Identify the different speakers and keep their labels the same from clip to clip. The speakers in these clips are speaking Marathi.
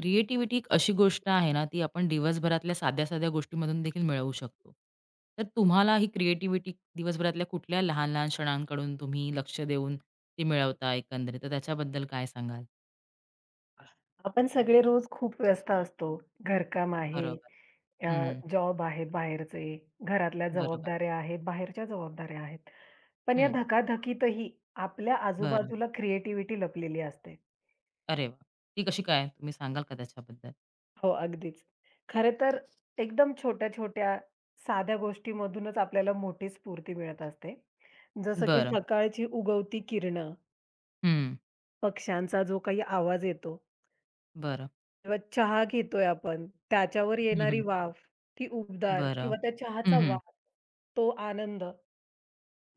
Speaker 1: क्रिएटिव्हिटी एक अशी गोष्ट आहे ना, ती आपण दिवसभरातल्या साध्या-साध्या गोष्टीमधून देखील मिळवू शकतो. तर तुम्हाला ही क्रिएटिव्हिटी दिवसभरातल्या कुठल्या लहान-लहान क्षणांकडून तुम्ही लक्ष देऊन ती मिळवता एकंदरीत, तर त्याच्याबद्दल काय सांगाल?
Speaker 2: आपण सगळे रोज खूप व्यस्त असतो. घरकाम आहे,
Speaker 1: बरोबर.
Speaker 2: अ,
Speaker 1: हं.
Speaker 2: जॉब आहे बाहेरचे, घरातल्या
Speaker 1: बरोबर.
Speaker 2: जबाबदाऱ्या आहेत, बाहेरच्या जबाबदाऱ्या आहेत. पण या
Speaker 1: हं.
Speaker 2: धकाधकीतही आपल्या
Speaker 1: बरं.
Speaker 2: आजूबाजूला क्रिएटिव्हिटी लपलेली असते.
Speaker 1: अरे वाह! ती कशी काय? तुम्ही सांगाल का त्याच्याबद्दल?
Speaker 2: हो, अगदीच. खरं तर एकदम छोट्या-छोट्या साध्या गोष्टीमधूनच आपल्याला मोठी स्फूर्ती मिळत असते. जसं की
Speaker 1: बरं.
Speaker 2: सकाळची उगवती किरणं,
Speaker 1: हं.
Speaker 2: पक्ष्यांचा जो काही आवाज येतो
Speaker 1: बरं.
Speaker 2: किंवा चहा घेतोय आपण, त्याच्यावर येणारी
Speaker 1: हं,
Speaker 2: वाफ, ती उबदार
Speaker 1: बरं.
Speaker 2: किंवा त्या चहाचा
Speaker 1: हं,
Speaker 2: वास, तो आनंद,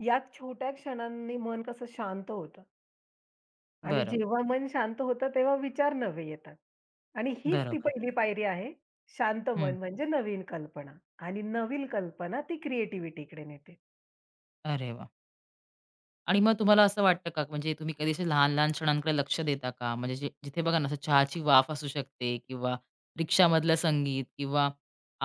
Speaker 2: याच छोट्या क्षणांनी मन कसं शांत होतं आणि
Speaker 1: बरं.
Speaker 2: जेव्हा मन शांत होतं तेव्हा विचार नवे येतात आणि हीच ती
Speaker 1: बरोबर.
Speaker 2: पहिली पायरी आहे. शांत
Speaker 1: हं.
Speaker 2: मन म्हणजे नवीन कल्पना आणि नवीन कल्पना ती क्रिएटिव्हिटीकडे नेते.
Speaker 1: अरे वाह! आणि मग तुम्हाला असं वाटतं का, म्हणजे तुम्ही कधी असे लहान-लहान क्षणांकडे लक्ष देता का? म्हणजे जे जिथे बघा ना, असं चहाची वाफ असू शकते किंवा रिक्षामधलं संगीत किंवा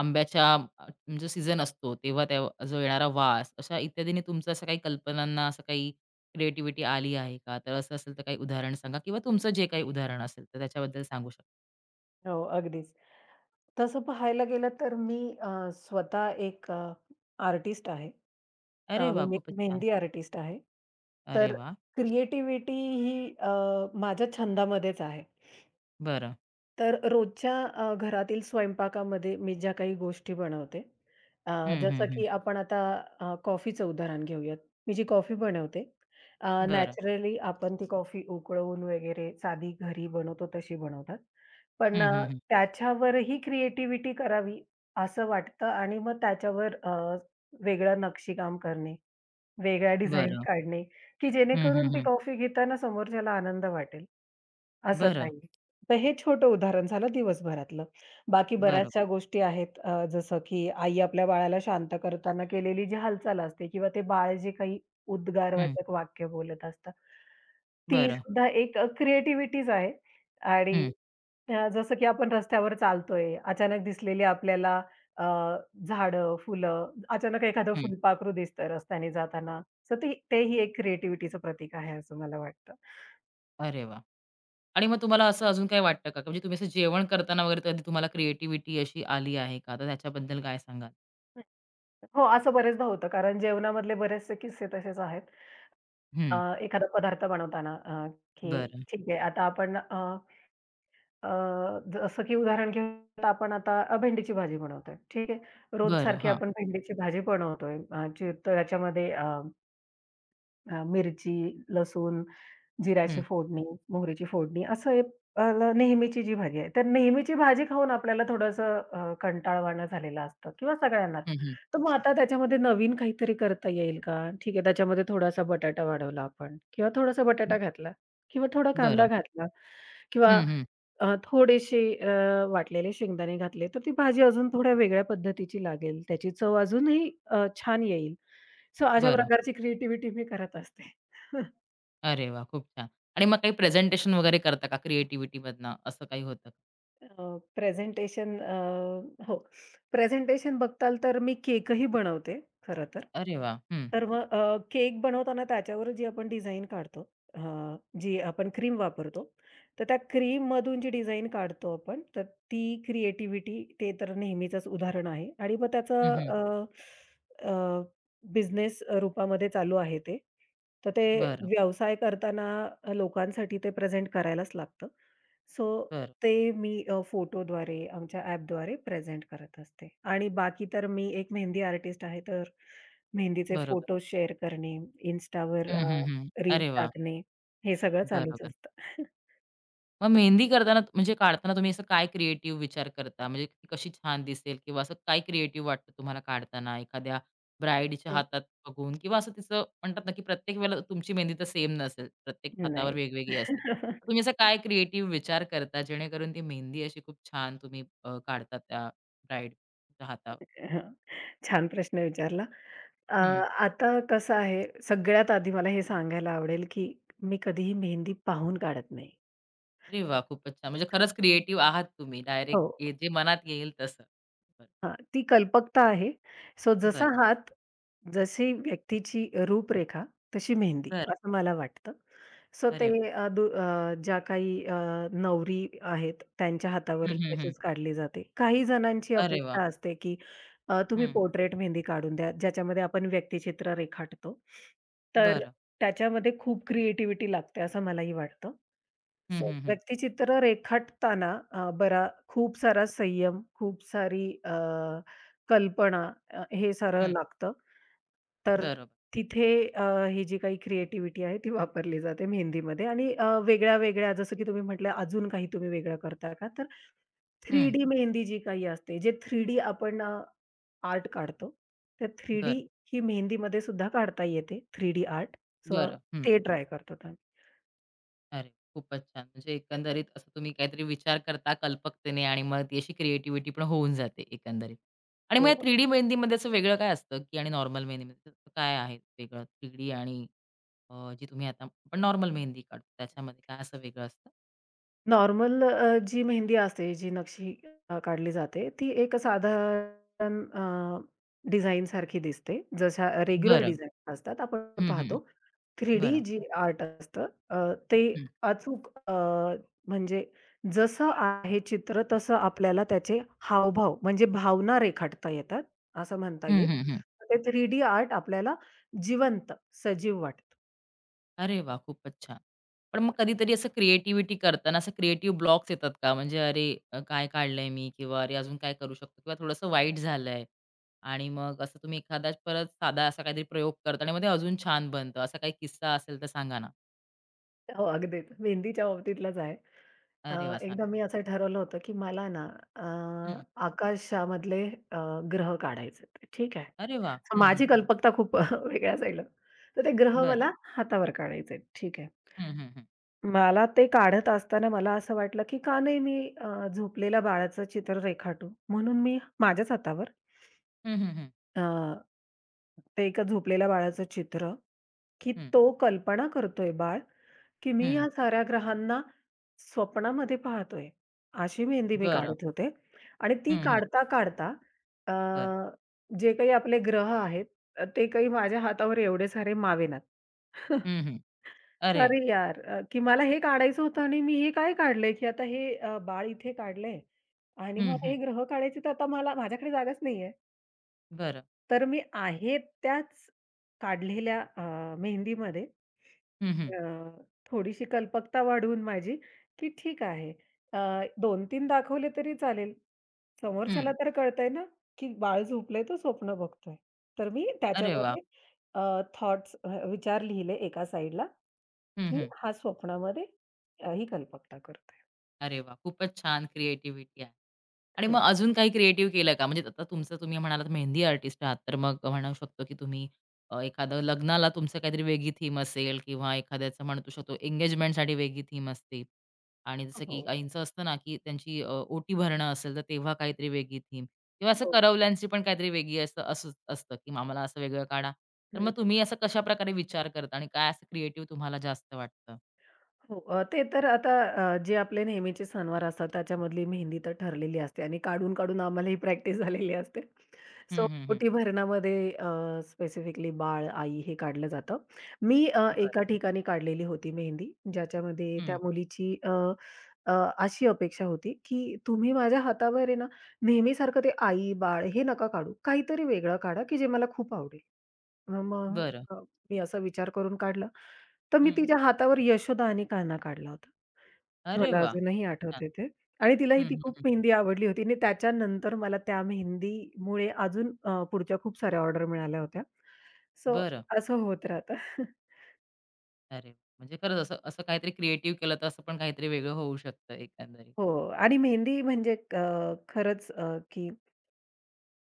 Speaker 1: आंब्याच्या जो सीझन असतो, तेव्हा त्या जो येणारा वास, अशा इत्यादीने तुमचं असं काही कल्पनांना असं काही क्रिएटिव्हिटी आली आहे का? तर असं असेल तर काही उदाहरण सांगा किंवा तुमचं जे काही उदाहरण असेल, तर त्याच्याबद्दल सांगू शकता.
Speaker 2: हो, अगदीच. तसं पाहायला गेलं तर मी स्वतः एक आर्टिस्ट आहे.
Speaker 1: अरे वाह!
Speaker 2: मी एक
Speaker 1: खूपच छान.
Speaker 2: मेहंदी आर्टिस्ट आहे.
Speaker 1: अरे
Speaker 2: तर
Speaker 1: वाह!
Speaker 2: क्रिएटिव्हिटी ही माझ्या छंदामध्येच आहे.
Speaker 1: बरं.
Speaker 2: तर रोजच्या घरातील स्वयंपाकामध्ये मी ज्या काही गोष्टी बनवते, अ,
Speaker 1: हं, हं,
Speaker 2: जसं
Speaker 1: हं.
Speaker 2: की आपण आता कॉफीचं उदाहरण घेऊयात. मी जी कॉफी बनवते,
Speaker 1: बरं.
Speaker 2: नॅचरली आपण ती कॉफी उकळवून वगैरे साधी घरी बनवतो तशी बनवतात. पण
Speaker 1: हं, हं, हं.
Speaker 2: त्याच्यावरही क्रिएटिव्हिटी करावी असं वाटतं आणि मग त्याच्यावर वेगळं नक्षीकाम करणे, वेगळ्या डिझाईन
Speaker 1: बरं.
Speaker 2: काढणे, की
Speaker 1: हं,
Speaker 2: जेणेकरून
Speaker 1: हं,
Speaker 2: ती
Speaker 1: हं.
Speaker 2: कॉफी घेताना समोरच्याला आनंद वाटेल. असं
Speaker 1: बरं,
Speaker 2: काही. तर हे छोटं उदाहरण झालं दिवसभरातलं. बाकी
Speaker 1: बरं.
Speaker 2: बऱ्याचशा गोष्टी आहेत जसं की आई आपल्या बाळाला शांत करताना केलेली जी हालचाल असते किंवा ते बाळ जे काही
Speaker 1: हं.
Speaker 2: उद्गारवाचक वाक्य बोलत असतं, ती
Speaker 1: बरं.
Speaker 2: सुद्धा एक आहे आणि
Speaker 1: हं,
Speaker 2: जसं की आपण रस्त्यावर चालतोय, अचानक दिसलेली आपल्याला अ, झाडं, फुलं, अचानक एखादं
Speaker 1: हं.
Speaker 2: फुलपाखरू दिसतं रस्त्याने जाताना. तर ते तेही एक क्रिएटिव्हिटीचं प्रतीक आहे असं मला वाटतं.
Speaker 1: अरे वाह! आणि मग तुम्हाला असं अजून काही वाटतं का? म्हणजे तुम्ही असं जेवण करताना वगैरे कधी तुम्हाला क्रिएटिव्हिटी अशी आली आहे का? तर त्याच्याबद्दल काय सांगाल?
Speaker 2: हो, असं बरेचदा होतं. कारण जेवणामधले बरेचसे किस्से तसेच आहेत.
Speaker 1: हं.
Speaker 2: एखादा पदार्थ बनवताना की
Speaker 1: बरं.
Speaker 2: ठीक आहे आता आपण अ, अ, जसं की उदाहरण घेऊन आपण आता भेंडीची भाजी बनवतोय. ठीक आहे. रोज
Speaker 1: बरं.
Speaker 2: सारखी
Speaker 1: हां.
Speaker 2: आपण भेंडीची भाजी बनवतोय. ची तर त्याच्यामध्ये अ, अ, मिरची, लसूण जिऱ्याची
Speaker 1: हं.
Speaker 2: फोडणी, मोहरीची फोडणी असं एक अ, नेहमीची जी भाजी आहे. तर नेहमीची भाजी खाऊन आपल्याला थोडंसं कंटाळवाणं झालेलं असतं किंवा सगळ्यांनाच.
Speaker 1: हं, हं.
Speaker 2: तर मग आता त्याच्यामध्ये नवीन काहीतरी करता येईल का? ठीक आहे, त्याच्यामध्ये थोडासा बटाटा वाढवला आपण किंवा थोडासा बटाटा घातला किंवा थोडा कांदा
Speaker 1: बरं.
Speaker 2: घातला किंवा
Speaker 1: हं, हं.
Speaker 2: थोडेसे वाटलेले शेंगदाणे घातले, तर ती भाजी अजून थोड्या वेगळ्या पद्धतीची लागेल. त्याची चव अजूनही छान येईल. सो अशा
Speaker 1: बरं.
Speaker 2: प्रकारची क्रिएटिव्हिटी मी करत असते.
Speaker 1: अरे वाह! खूप छान. आणि मग काही प्रेझेंटेशन वगैरे करता का क्रिएटिव्हिटीमधनं असं काही होतं का?
Speaker 2: अ, प्रेझेंटेशन हो. प्रेझेंटेशन बघताल तर मी केकही बनवते खरं तर.
Speaker 1: अरे वाह! हं.
Speaker 2: तर मग केक बनवताना त्याच्यावर जी आपण डिझाइन काढतो, अ, जी आपण क्रीम वापरतो, तर त्या क्रीममधून जी डिझाइन काढतो आपण, तर ती क्रिएटिव्हिटी ते तर नेहमीचंच उदाहरण आहे आणि मग
Speaker 1: हं,
Speaker 2: त्याचं
Speaker 1: हं.
Speaker 2: बिझनेस रूपामध्ये चालू आहे ते. तर ते
Speaker 1: बरं,
Speaker 2: व्यवसाय करताना लोकांसाठी ते प्रेझेंट करायलाच लागतं. सो
Speaker 1: बरं.
Speaker 2: ते मी फोटोद्वारे आमच्या ॲपद्वारे प्रेझेंट करत असते आणि बाकी तर मी एक मेहंदी आर्टिस्ट आहे, तर मेहंदीचे
Speaker 1: बरोबर.
Speaker 2: फोटो शेअर करणे, Instaवर
Speaker 1: हं, हं, हं.
Speaker 2: रील्स
Speaker 1: अरे वाह!
Speaker 2: टाकणे, हे सगळं चालूच
Speaker 1: बरोबर.
Speaker 2: असतं.
Speaker 1: मग मेहंदी करताना म्हणजे काढताना तुम्ही असं काय क्रिएटिव्ह विचार करता? म्हणजे ती कशी छान दिसेल किंवा असं काय क्रिएटिव्ह वाटतं तुम्हाला काढताना एखाद्या ब्राईडच्या
Speaker 2: हं.
Speaker 1: हातात बघून किंवा असं तिचं म्हणतात ना, की प्रत्येक वेळेला तुमची मेहंदी तर सेम नसेल. प्रत्येक हातावर
Speaker 2: नाही.
Speaker 1: वेगवेगळी असते. तर तुम्ही असं काय क्रिएटिव्ह विचार करता जेणेकरून ती मेहंदी अशी खूप छान तुम्ही काढता त्या ब्राईडच्या हातावर?
Speaker 2: छान प्रश्न विचारला. अ,
Speaker 1: हं.
Speaker 2: आता कसं आहे, सगळ्यात आधी मला हे सांगायला आवडेल, की मी कधीही मेहंदी पाहून काढत नाही.
Speaker 1: अरे वाह! खूपच छान. म्हणजे खरंच क्रिएटिव्ह आहात तुम्ही.
Speaker 2: हो.
Speaker 1: डायरेक्ट जे मनात येईल तसं. बरं,
Speaker 2: हां, ती कल्पकता आहे. सो जसा
Speaker 1: बरं.
Speaker 2: हात, जशी व्यक्तीची रूपरेखा, तशी मेहंदी
Speaker 1: बरं.
Speaker 2: असं मला वाटतं. सो ते
Speaker 1: अरे वाह!
Speaker 2: ज्या काही नवरी आहेत, त्यांच्या
Speaker 1: हं,
Speaker 2: हातावर
Speaker 1: हं, हं.
Speaker 2: तशीच काढली जाते. काही जणांची
Speaker 1: अरे वाह!
Speaker 2: अपेक्षा असते, की तुम्ही
Speaker 1: हं.
Speaker 2: पोर्ट्रेट मेहंदी काढून द्या, ज्याच्यामध्ये आपण व्यक्तिचित्र रेखाटतो. तर
Speaker 1: बरं.
Speaker 2: त्याच्यामध्ये खूप क्रिएटिव्हिटी लागते असं मलाही वाटतं.
Speaker 1: हं,
Speaker 2: सो
Speaker 1: हं, हं.
Speaker 2: व्यक्तिचित्र रेखाटताना बरा खूप सारा संयम, खूप सारी कल्पना हे सारं
Speaker 1: हं.
Speaker 2: लागतं. तर
Speaker 1: बरोबर.
Speaker 2: तिथे ही जी काही क्रिएटिव्हिटी आहे ती वापरली जाते मेहंदीमध्ये आणि वेगळ्या-वेगळ्या जसं की तुम्ही म्हटलं अजून काही तुम्ही वेगळं करता का? थ्री
Speaker 1: हं.
Speaker 2: डी मेहंदी जी काही असते, जे थ्री डी आपण आर्ट काढतो. तर थ्री
Speaker 1: बरं,
Speaker 2: डी ही मेहंदीमध्ये सुद्धा काढता येते, थ्री डी आर्ट. सो
Speaker 1: बरं. हं.
Speaker 2: ते ट्राय करतात आम्ही.
Speaker 1: अरे, खूपच छान. म्हणजे एकंदरीत असं तुम्ही काहीतरी विचार करता कल्पकतेने आणि मग ती अशी क्रिएटिव्हिटी पण होऊन जाते एकंदरीत. आणि मग या
Speaker 2: हो.
Speaker 1: 3D मेहंदीमध्ये असं वेगळं काय असतं, की आणि नॉर्मल मेहंदीमध्ये असं काय आहे वेगळं 3D आणि जी तुम्ही आता आपण नॉर्मल मेहंदी काढतो त्याच्यामध्ये काय असं वेगळं असतं?
Speaker 2: नॉर्मल जी मेहंदी असते, जी नक्षी काढली जाते, ती एक साधारण डिझाईन सारखी दिसते. जशा रेग्युलर
Speaker 1: बरं.
Speaker 2: डिझाईन असतात, आपण
Speaker 1: हं, हं.
Speaker 2: पाहतो. 3D
Speaker 1: बरं.
Speaker 2: जी आर्ट असतं, ते
Speaker 1: हं.
Speaker 2: अचूक म्हणजे जसं आहे चित्र, तसं आपल्याला त्याचे हावभाव म्हणजे भावना रेखाटता येतात, असं म्हणता
Speaker 1: हं,
Speaker 2: येईल.
Speaker 1: हं,
Speaker 2: ते 3D आर्ट आपल्याला जिवंत, सजीव वाटतं.
Speaker 1: अरे वाह! खूपच छान. पण मग कधीतरी असं क्रिएटिव्हिटी करताना असं क्रिएटिव्ह ब्लॉक्स येतात का? म्हणजे अरे काय काढलंय मी? किंवा अरे अजून काय करू शकतो? किंवा थोडंसं वाईट झालंय आणि मग असं तुम्ही एखादा परत साधा असा काहीतरी प्रयोग करता आणि मग ते अजून छान बनतं. असा काही किस्सा असेल तर सांगा ना?
Speaker 2: हो, अगदीच. मेहंदीच्या बाबतीतलाच आहे. अ,
Speaker 1: अरे वाह! सांग
Speaker 2: एकदा मी असं ठरवलं होतं, की मला ना अ,
Speaker 1: हं.
Speaker 2: आकाशामधले अ, ग्रह काढायचे आहेत. ठीक आहे.
Speaker 1: अरे वाह!
Speaker 2: तर
Speaker 1: हं, हं.
Speaker 2: माझी कल्पकता खूप वेगळ्या साईडला. तर ते ग्रह
Speaker 1: बरं.
Speaker 2: मला हातावर काढायचे आहेत. ठीक आहे.
Speaker 1: हं, हं, हं.
Speaker 2: मला ते काढत असताना मला असं वाटलं, की का नाही मी झोपलेल्या बाळाचं चित्र रेखाटू? म्हणून मी माझ्याच हातावर
Speaker 1: हं, हं, हं.
Speaker 2: ते एका झोपलेल्या बाळाचं चित्र, की
Speaker 1: हं,
Speaker 2: तो कल्पना करतोय बाळ, की मी या साऱ्या ग्रहांना स्वप्नामध्ये पाहतोय. अशी मेहंदी मी
Speaker 1: बरं.
Speaker 2: काढत होते आणि ती
Speaker 1: हं, हं.
Speaker 2: काढता अ,
Speaker 1: बरं.
Speaker 2: जे काही आपले ग्रह आहेत, ते काही माझ्या हातावर एवढे सारे मावेनात.
Speaker 1: हं, हं.
Speaker 2: तर
Speaker 1: अरे
Speaker 2: अरे यार, की मला हे काढायचं होतं आणि मी हे काय काढलंय, की आता हे बाळ इथे काढलंय आणि मग
Speaker 1: हं,
Speaker 2: आता
Speaker 1: हं.
Speaker 2: हे ग्रह काढायचे तर आता मला माझ्याकडे जागाच नाहीये.
Speaker 1: बरं.
Speaker 2: तर मी आहे त्याच काढलेल्या मेहंदीमध्ये
Speaker 1: हं, हं.
Speaker 2: अ, थोडीशी कल्पकता वाढवून माझी, की ठीक आहे अ, 2-3 दाखवले तरी चालेल.
Speaker 1: हं.
Speaker 2: समोरच्याला तर कळतंय ना, की बाळ झोपलंय तो स्वप्न बघतोय. तर मी
Speaker 1: अरे वाह!
Speaker 2: त्याच्यामध्ये थॉट्स विचार लिहिले एका साइडला,
Speaker 1: हं,
Speaker 2: की
Speaker 1: हं.
Speaker 2: हा स्वप्नामध्ये ही कल्पकता करतोय.
Speaker 1: अरे वाह! खूपच छान क्रिएटिव्हिटी आहे. आणि
Speaker 2: हं.
Speaker 1: मग अजून काही क्रिएटिव्ह केलं का? म्हणजे आता तुमचं तुम्ही म्हणालात मेहंदी आर्टिस्ट आहात, तर मग म्हणू शकतो की तुम्ही एखादं लग्नाला तुमचं काहीतरी वेगळी थीम असेल किंवा एखाद्याचं म्हणू शकतो एंगेजमेंटसाठी वेगळी थीम असते. आणि जसं
Speaker 2: हो,
Speaker 1: की काहींचं असतं ना, की त्यांची ओटी भरणं असेल, तर तेव्हा काहीतरी वेगळी थीम किंवा असं
Speaker 2: हो.
Speaker 1: करवल्यांची पण काहीतरी वेगळी असं असं असतं, की आम्हाला असं वेगळं काढा. तर मग तुम्ही असं कशाप्रकारे विचार करता आणि काय असं क्रिएटिव्ह तुम्हाला जास्त वाटतं?
Speaker 2: हो. ते तर आता जे आपले नेहमीचे सणवार असतात त्याच्यामधली मेहंदी तर ठरलेली असते आणि काढून-काढून आम्हाला ही प्रॅक्टिस झालेली असते. सो
Speaker 1: हं, हं, हं.
Speaker 2: ओटीभरणामध्ये स्पेसिफिकली बाळ, आई हे काढलं जातं. मी एका
Speaker 1: बरं.
Speaker 2: ठिकाणी काढलेली होती मेहंदी, ज्याच्यामध्ये
Speaker 1: हं.
Speaker 2: त्या मुलीची अ, अ, अशी अपेक्षा होती, की तुम्ही माझ्या हातावर आहे ना, नेहमीसारखं ते आई, बाळ हे नका काढू. काहीतरी वेगळं काढा, की जे मला खूप आवडेल. मग
Speaker 1: बरं.
Speaker 2: अ, मी असा विचार करून काढला. तर मी
Speaker 1: हं.
Speaker 2: तिच्या हातावर यशोदा आणि कान्हा काढला होता.
Speaker 1: अरे
Speaker 2: मला
Speaker 1: वाह!
Speaker 2: अजूनही
Speaker 1: खूप छान.
Speaker 2: आठवतंय ते आणि तिलाही
Speaker 1: हं,
Speaker 2: ती
Speaker 1: हं,
Speaker 2: खूप
Speaker 1: हं.
Speaker 2: मेहंदी आवडली होती आणि त्याच्यानंतर मला त्या मेहंदीमुळे अजून पुढच्या खूप साऱ्या ऑर्डर मिळाल्या होत्या. सो
Speaker 1: बरं.
Speaker 2: असं होत राहतं.
Speaker 1: अरे वाह! म्हणजे खरंच असं असं काहीतरी क्रिएटिव्ह केलं तर असं पण काहीतरी वेगळं होऊ शकतं एकंदरीत.
Speaker 2: हो आणि मेहंदी म्हणजे खरंच की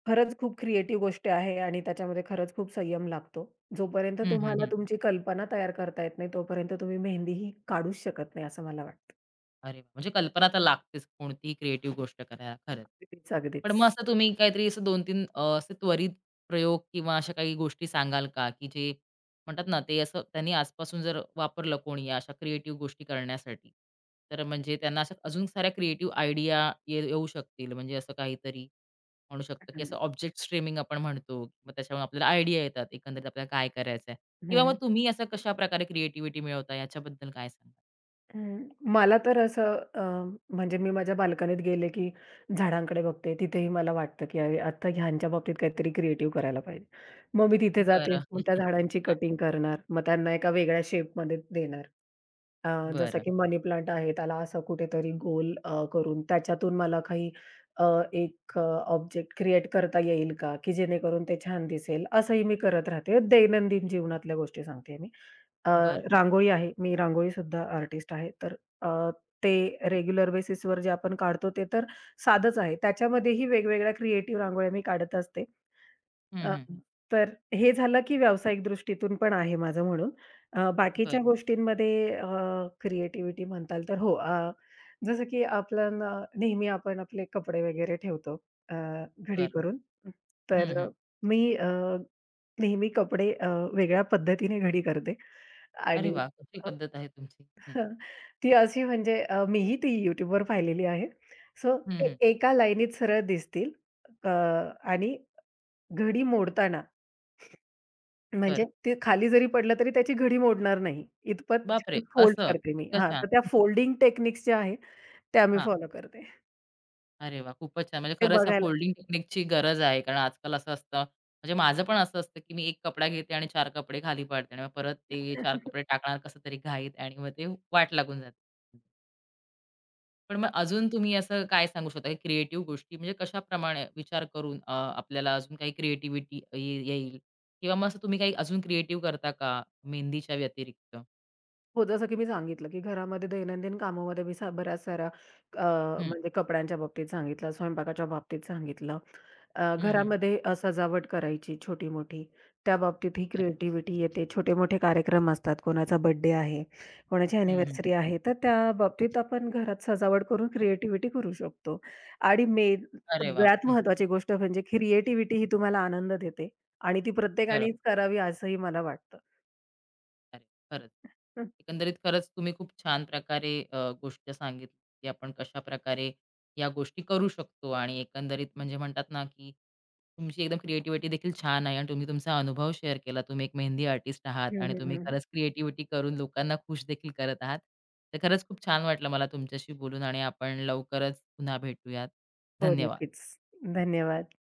Speaker 2: खरंच खूप क्रिएटिव्ह गोष्ट आहे आणि त्याच्यामध्ये खरंच खूप संयम लागतो. जोपर्यंत
Speaker 1: हं,
Speaker 2: तुम्हाला
Speaker 1: हं,
Speaker 2: तुमची कल्पना तयार करता येत नाही, तोपर्यंत तुम्ही मेहंदीही काढूच शकत नाही, असं मला वाटतं.
Speaker 1: अरे वा, म्हणजे कल्पना तर लागतेच कोणतीही क्रिएटिव्ह गोष्ट करायला खरंच.
Speaker 2: अगदीच,
Speaker 1: पण
Speaker 2: अगदीच.
Speaker 1: मग असं तुम्ही काहीतरी असं 2 तीन असे त्वरित प्रयोग किंवा अशा काही गोष्टी सांगाल का, की जे म्हणतात ना, ते असं त्यांनी आजपासून जर वापरलं कोणी या अशा क्रिएटिव्ह गोष्टी करण्यासाठी, तर म्हणजे त्यांना अशा अजून साऱ्या क्रिएटिव्ह आयडिया ये येऊ शकतील. म्हणजे असं काहीतरी म्हणू शकतो, की
Speaker 2: हं,
Speaker 1: असं ऑब्जेक्ट स्ट्रीमिंग आपण म्हणतो. मग त्याच्यावरून आपल्याला आयडिया येतात एकंदरीत आपल्याला काय करायचंय किंवा मग
Speaker 2: हं,
Speaker 1: तुम्ही असं कशाप्रकारे क्रिएटिव्हिटी मिळवता याच्याबद्दल काय सांगाल?
Speaker 2: हं. मला तर असं अ, म्हणजे मी माझ्या बाल्कनीत गेले, की झाडांकडे बघते. तिथेही मला वाटतं, की अरे, आता ह्यांच्या बाबतीत काहीतरी क्रिएटिव्ह करायला पाहिजे. मग मी तिथे जाते.
Speaker 1: बरं.
Speaker 2: मग त्या झाडांची कटिंग करणार. मग त्यांना एका वेगळ्या शेपमध्ये देणार. जसं
Speaker 1: बरं,
Speaker 2: की मनी प्लांट आहे, त्याला असं कुठेतरी गोल करून त्याच्यातून मला काही अ, एक अ, ऑब्जेक्ट क्रिएट करता येईल का, की जेणेकरून ते छान दिसेल? असंही मी करत राहते. दैनंदिन जीवनातल्या गोष्टी सांगते मी. अ,
Speaker 1: बरं.
Speaker 2: रांगोळी आहे. मी रांगोळीसुद्धा आर्टिस्ट आहे. तर अ, ते रेग्युलर बेसिसवर जे आपण काढतो ते तर साधंच आहे. त्याच्यामध्येही वेगवेगळ्या क्रिएटिव्ह रांगोळ्या मी काढत असते.
Speaker 1: हं,
Speaker 2: अ,
Speaker 1: हं.
Speaker 2: तर हे झालं की व्यावसायिक दृष्टीतून पण आहे माझं म्हणून.
Speaker 1: बरं,
Speaker 2: बाकीच्या गोष्टींमध्ये क्रिएटिव्हिटी म्हणताल तर हो, जसं की नेहमी आपण आपले कपडे वगैरे ठेवतो अ, घडी
Speaker 1: बरं.
Speaker 2: करून.
Speaker 1: हं,
Speaker 2: तर
Speaker 1: हं.
Speaker 2: मी नेहमी कपडे वेगळ्या पद्धतीने घडी करते
Speaker 1: अरे
Speaker 2: आणि
Speaker 1: वाह! कशी
Speaker 2: अ,
Speaker 1: पद्धत आहे तुमची. हं,
Speaker 2: हं, ती अशी म्हणजे मीही ती YouTubeवर पाहिलेली आहे. सो
Speaker 1: हं,
Speaker 2: ते
Speaker 1: हं.
Speaker 2: एका लाईनीत सरळ दिसतील अ, आणि घडी मोडताना म्हणजे
Speaker 1: बरं.
Speaker 2: ते खाली जरी पडलं तरी त्याची घडी मोडणार नाही. इतपत
Speaker 1: बापरे!
Speaker 2: छान फोल्ड
Speaker 1: असं
Speaker 2: करते मी.
Speaker 1: इतकं
Speaker 2: हां,
Speaker 1: छान.
Speaker 2: तर त्या
Speaker 1: हं,
Speaker 2: फोल्डिंग टेक्निक्स ज्या आहेत, त्या मी
Speaker 1: हां.
Speaker 2: फॉलो करते.
Speaker 1: अरे वाह! खूपच छान. म्हणजे
Speaker 2: ते
Speaker 1: खरंच या
Speaker 2: बघायला
Speaker 1: फोल्डिंग टेक्निकची गरज आहे. कारण आजकाल असं असतं म्हणजे माझं पण असं असतं, की मी एक कपडा घेते आणि चार कपडे खाली पाडते आणि मग परत ते 4 कपडे टाकणार कसं तरी घाईत आणि मग ते वाट लागून जाते. पण मग अजून तुम्ही असं काय सांगू शकता, क्रिएटिव्ह गोष्टी म्हणजे कशाप्रमाणे विचार करून आपल्याला अजून काही क्रिएटिव्हिटी येईल? किंवा मग असं तुम्ही काही अजून क्रिएटिव्ह करता का मेहंदीच्या व्यतिरिक्त?
Speaker 2: हो, जसं की मी सांगितलं, की घरामध्ये दैनंदिन कामामध्ये मी सा बऱ्याच साऱ्या
Speaker 1: हं.
Speaker 2: म्हणजे कपड्यांच्या बाबतीत सांगितलं, स्वयंपाकाच्या बाबतीत सांगितलं.
Speaker 1: हं, हं.
Speaker 2: घरामध्ये सजावट करायची छोटी-मोठी, त्या बाबतीत ही
Speaker 1: बरं.
Speaker 2: क्रिएटिव्हिटी येते. छोटे-मोठे कार्यक्रम असतात, कोणाचा बर्थडे आहे, कोणाची
Speaker 1: हं, हं.
Speaker 2: अॅनिव्हर्सरी आहे, तर त्या बाबतीत आपण घरात सजावट करून क्रिएटिव्हिटी करू शकतो. आणि मेन
Speaker 1: अरे वाह!
Speaker 2: सगळ्यात
Speaker 1: हं.
Speaker 2: महत्त्वाची गोष्ट म्हणजे क्रिएटिव्हिटी ही तुम्हाला आनंद देते आणि ती
Speaker 1: बरोबर.
Speaker 2: प्रत्येकानेच करावी असंही मला वाटतं.
Speaker 1: अरे, खरंच.
Speaker 2: हं.
Speaker 1: एकंदरीत खरंच तुम्ही खूप छान प्रकारे गोष्ट सांगितली, की आपण कशाप्रकारे या गोष्टी करू शकतो आणि एकंदरीत म्हणजे म्हणतात ना, की तुमची एकदम क्रिएटिव्हिटी देखील छान आहे आणि तुम्ही तुमचा अनुभव शेअर केला. तुम्ही एक मेहंदी आर्टिस्ट आहात आणि
Speaker 2: हं,
Speaker 1: तुम्ही
Speaker 2: हं,
Speaker 1: खरंच क्रिएटिव्हिटी करून लोकांना खुश देखील करत आहात. तर खरंच खूप छान वाटलं मला तुमच्याशी बोलून आणि आपण लवकरच पुन्हा भेटूयात.
Speaker 2: हो, नक्कीच.
Speaker 1: धन्यवाद.
Speaker 2: धन्यवाद.